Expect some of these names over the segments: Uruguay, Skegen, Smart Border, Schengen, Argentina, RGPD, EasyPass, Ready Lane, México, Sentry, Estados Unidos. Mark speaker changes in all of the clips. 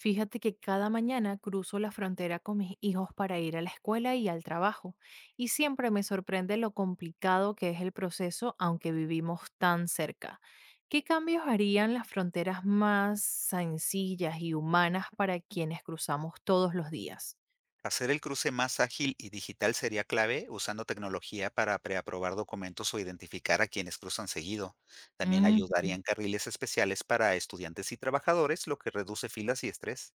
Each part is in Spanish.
Speaker 1: Fíjate que cada mañana cruzo la frontera con mis hijos para ir a la escuela y al trabajo, y siempre me sorprende lo complicado que es el proceso, aunque vivimos tan cerca. ¿Qué cambios harían las fronteras más sencillas y humanas para quienes cruzamos todos los días?
Speaker 2: Hacer el cruce más ágil y digital sería clave usando tecnología para preaprobar documentos o identificar a quienes cruzan seguido. También
Speaker 1: Mm,
Speaker 2: ayudarían carriles especiales para estudiantes y trabajadores, lo que reduce filas y estrés.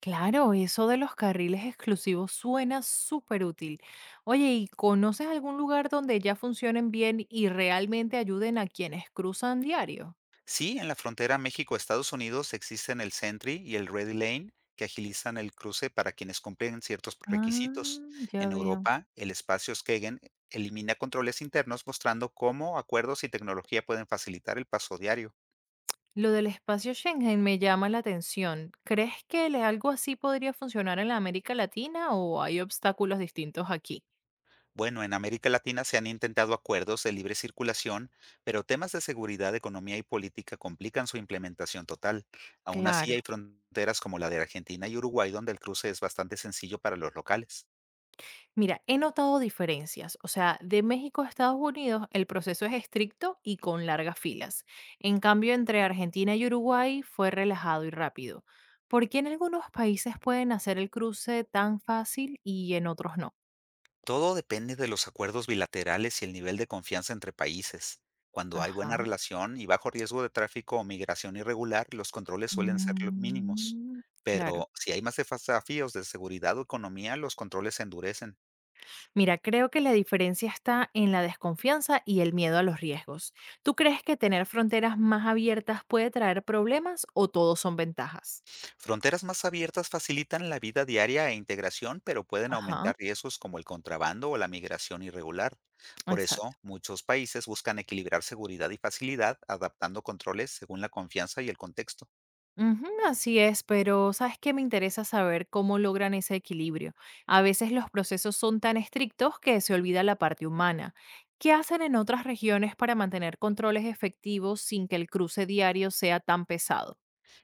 Speaker 1: claro, eso de los carriles exclusivos suena súper útil. Oye, ¿y conoces algún lugar donde ya funcionen bien y realmente ayuden a quienes cruzan diario?
Speaker 2: Sí, en la frontera México-Estados Unidos existen el Sentry y el Ready Lane que agilizan el cruce para quienes cumplen ciertos requisitos.
Speaker 1: Ah, ya
Speaker 2: En
Speaker 1: veo.
Speaker 2: Europa, el espacio Skegen elimina controles internos mostrando cómo acuerdos y tecnología pueden facilitar el paso diario.
Speaker 1: Lo del espacio Schengen me llama la atención. ¿Crees que algo así podría funcionar en la América Latina o hay obstáculos distintos aquí?
Speaker 2: Bueno, en América Latina se han intentado acuerdos de libre circulación, pero temas de seguridad, economía y política complican su implementación total. Aún así,
Speaker 1: Claro.
Speaker 2: hay fronteras como la de Argentina y Uruguay donde el cruce es bastante sencillo para los locales.
Speaker 1: Mira, he notado diferencias. O sea, de México a Estados Unidos el proceso es estricto y con largas filas. En cambio, entre Argentina y Uruguay fue relajado y rápido. ¿Por qué en algunos países pueden hacer el cruce tan fácil y en otros no?
Speaker 2: Todo depende de los acuerdos bilaterales y el nivel de confianza entre países. Cuando hay buena
Speaker 1: Ajá.
Speaker 2: relación y bajo riesgo de tráfico o migración irregular, los controles suelen ser mínimos.
Speaker 1: Mm, claro.
Speaker 2: Pero si hay más desafíos de seguridad o economía, los controles se endurecen.
Speaker 1: Mira, creo que la diferencia está en la desconfianza y el miedo a los riesgos. ¿Tú crees que tener fronteras más abiertas puede traer problemas o todos son ventajas?
Speaker 2: Fronteras más abiertas facilitan la vida diaria e integración, pero pueden
Speaker 1: Ajá,
Speaker 2: aumentar riesgos como el contrabando o la migración irregular. Por
Speaker 1: exacto.
Speaker 2: eso, muchos países buscan equilibrar seguridad y facilidad, adaptando controles según la confianza y el contexto.
Speaker 1: Ujú, así es, pero ¿sabes qué? Me interesa saber cómo logran ese equilibrio. A veces los procesos son tan estrictos que se olvida la parte humana. ¿Qué hacen en otras regiones para mantener controles efectivos sin que el cruce diario sea tan pesado?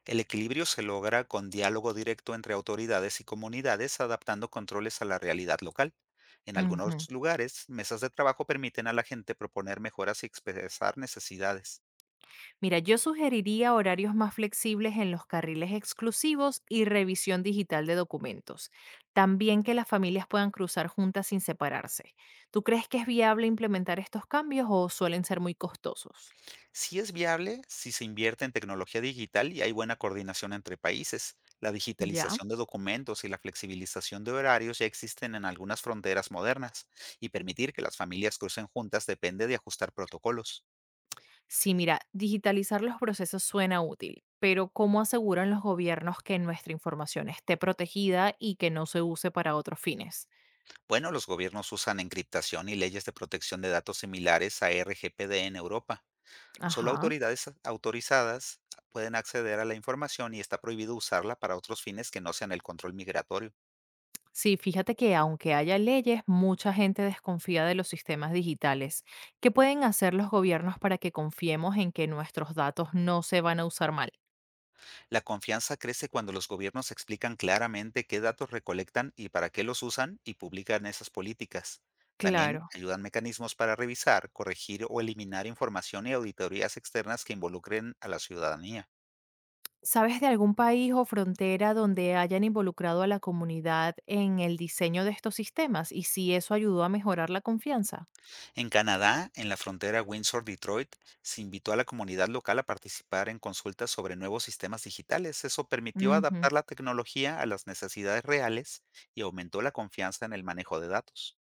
Speaker 2: El equilibrio se logra con diálogo directo entre autoridades y comunidades, adaptando controles a la realidad local. En algunos
Speaker 1: Ujú.
Speaker 2: lugares, mesas de trabajo permiten a la gente proponer mejoras y expresar necesidades.
Speaker 1: Mira, yo sugeriría horarios más flexibles en los carriles exclusivos y revisión digital de documentos. También que las familias puedan cruzar juntas sin separarse. ¿Tú crees que es viable implementar estos cambios o suelen ser muy costosos?
Speaker 2: Sí es viable si se invierte en tecnología digital y hay buena coordinación entre países. La
Speaker 1: Ya.
Speaker 2: digitalización de documentos y la flexibilización de horarios ya existen en algunas fronteras modernas, y permitir que las familias crucen juntas depende de ajustar protocolos.
Speaker 1: Sí, mira, digitalizar los procesos suena útil, pero ¿cómo aseguran los gobiernos que nuestra información esté protegida y que no se use para otros fines?
Speaker 2: Bueno, los gobiernos usan encriptación y leyes de protección de datos similares a RGPD en Europa. Solo
Speaker 1: Ajá.
Speaker 2: autoridades autorizadas pueden acceder a la información y está prohibido usarla para otros fines que no sean el control migratorio.
Speaker 1: Sí, fíjate que aunque haya leyes, mucha gente desconfía de los sistemas digitales. ¿Qué pueden hacer los gobiernos para que confiemos en que nuestros datos no se van a usar mal?
Speaker 2: La confianza crece cuando los gobiernos explican claramente qué datos recolectan y para qué los usan y publican esas políticas. También
Speaker 1: Claro.
Speaker 2: ayudan mecanismos para revisar, corregir o eliminar información y auditorías externas que involucren a la ciudadanía.
Speaker 1: ¿Sabes de algún país o frontera donde hayan involucrado a la comunidad en el diseño de estos sistemas y si eso ayudó a mejorar la confianza?
Speaker 2: En Canadá, en la frontera Windsor-Detroit, se invitó a la comunidad local a participar en consultas sobre nuevos sistemas digitales. Eso permitió
Speaker 1: Ujú.
Speaker 2: adaptar la tecnología a las necesidades reales y aumentó la confianza en el manejo de datos.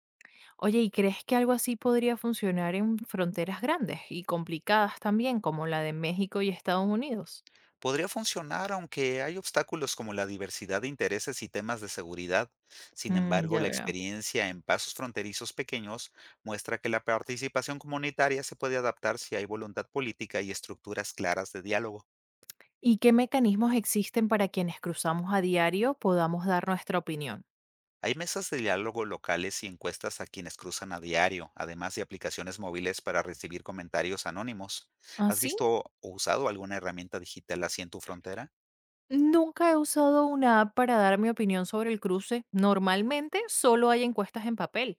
Speaker 1: Oye, ¿y crees que algo así podría funcionar en fronteras grandes y complicadas también, como la de México y Estados Unidos?
Speaker 2: Podría funcionar aunque hay obstáculos como la diversidad de intereses y temas de seguridad. Sin
Speaker 1: Mm,
Speaker 2: embargo,
Speaker 1: ya
Speaker 2: la
Speaker 1: veo.
Speaker 2: experiencia en pasos fronterizos pequeños muestra que la participación comunitaria se puede adaptar si hay voluntad política y estructuras claras de diálogo.
Speaker 1: ¿Y qué mecanismos existen para quienes cruzamos a diario podamos dar nuestra opinión?
Speaker 2: Hay mesas de diálogo locales y encuestas a quienes cruzan a diario, además de aplicaciones móviles para recibir comentarios anónimos. ¿Has
Speaker 1: Así,
Speaker 2: visto o usado alguna herramienta digital así en tu frontera?
Speaker 1: nunca he usado una app para dar mi opinión sobre el cruce. Normalmente solo hay encuestas en papel.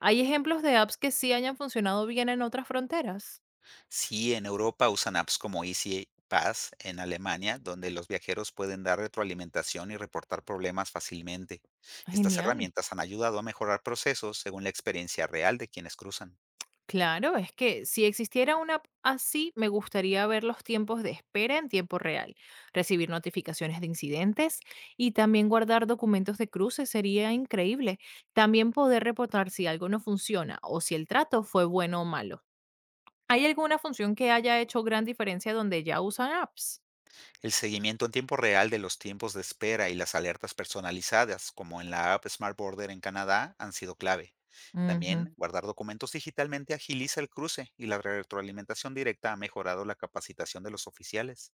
Speaker 1: ¿Hay ejemplos de apps que sí hayan funcionado bien en otras fronteras?
Speaker 2: Sí, en Europa usan apps como EasyPass en Alemania, donde los viajeros pueden dar retroalimentación y reportar problemas fácilmente. Estas
Speaker 1: Genial.
Speaker 2: herramientas han ayudado a mejorar procesos según la experiencia real de quienes cruzan.
Speaker 1: Claro, es que si existiera una app así, me gustaría ver los tiempos de espera en tiempo real, recibir notificaciones de incidentes y también guardar documentos de cruce sería increíble. También poder reportar si algo no funciona o si el trato fue bueno o malo. ¿Hay alguna función que haya hecho gran diferencia donde ya usan apps?
Speaker 2: El seguimiento en tiempo real de los tiempos de espera y las alertas personalizadas, como en la app Smart Border en Canadá, han sido clave. También, guardar documentos digitalmente agiliza el cruce y la retroalimentación directa ha mejorado la capacitación de los oficiales.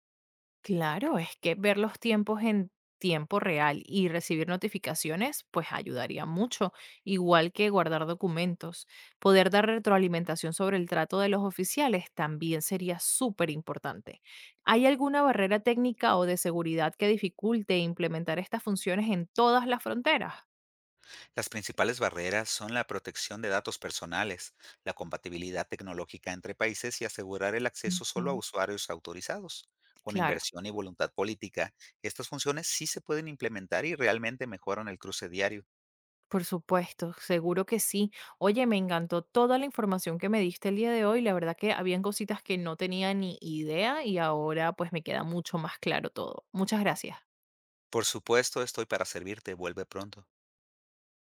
Speaker 1: Claro, es que ver los tiempos en tiempo real y recibir notificaciones, pues ayudaría mucho, igual que guardar documentos. Poder dar retroalimentación sobre el trato de los oficiales también sería súper importante. ¿Hay alguna barrera técnica o de seguridad que dificulte implementar estas funciones en todas las fronteras?
Speaker 2: Las principales barreras son la protección de datos personales, la compatibilidad tecnológica entre países y asegurar el acceso solo a
Speaker 1: Ujú,
Speaker 2: usuarios autorizados. Con
Speaker 1: claro.
Speaker 2: inversión y voluntad política, estas funciones sí se pueden implementar y realmente mejoran el cruce diario.
Speaker 1: Por supuesto, seguro que sí. Oye, me encantó toda la información que me diste el día de hoy. La verdad que habían cositas que no tenía ni idea y ahora pues me queda mucho más claro todo. Muchas gracias.
Speaker 2: Por supuesto, estoy para servirte. Vuelve pronto.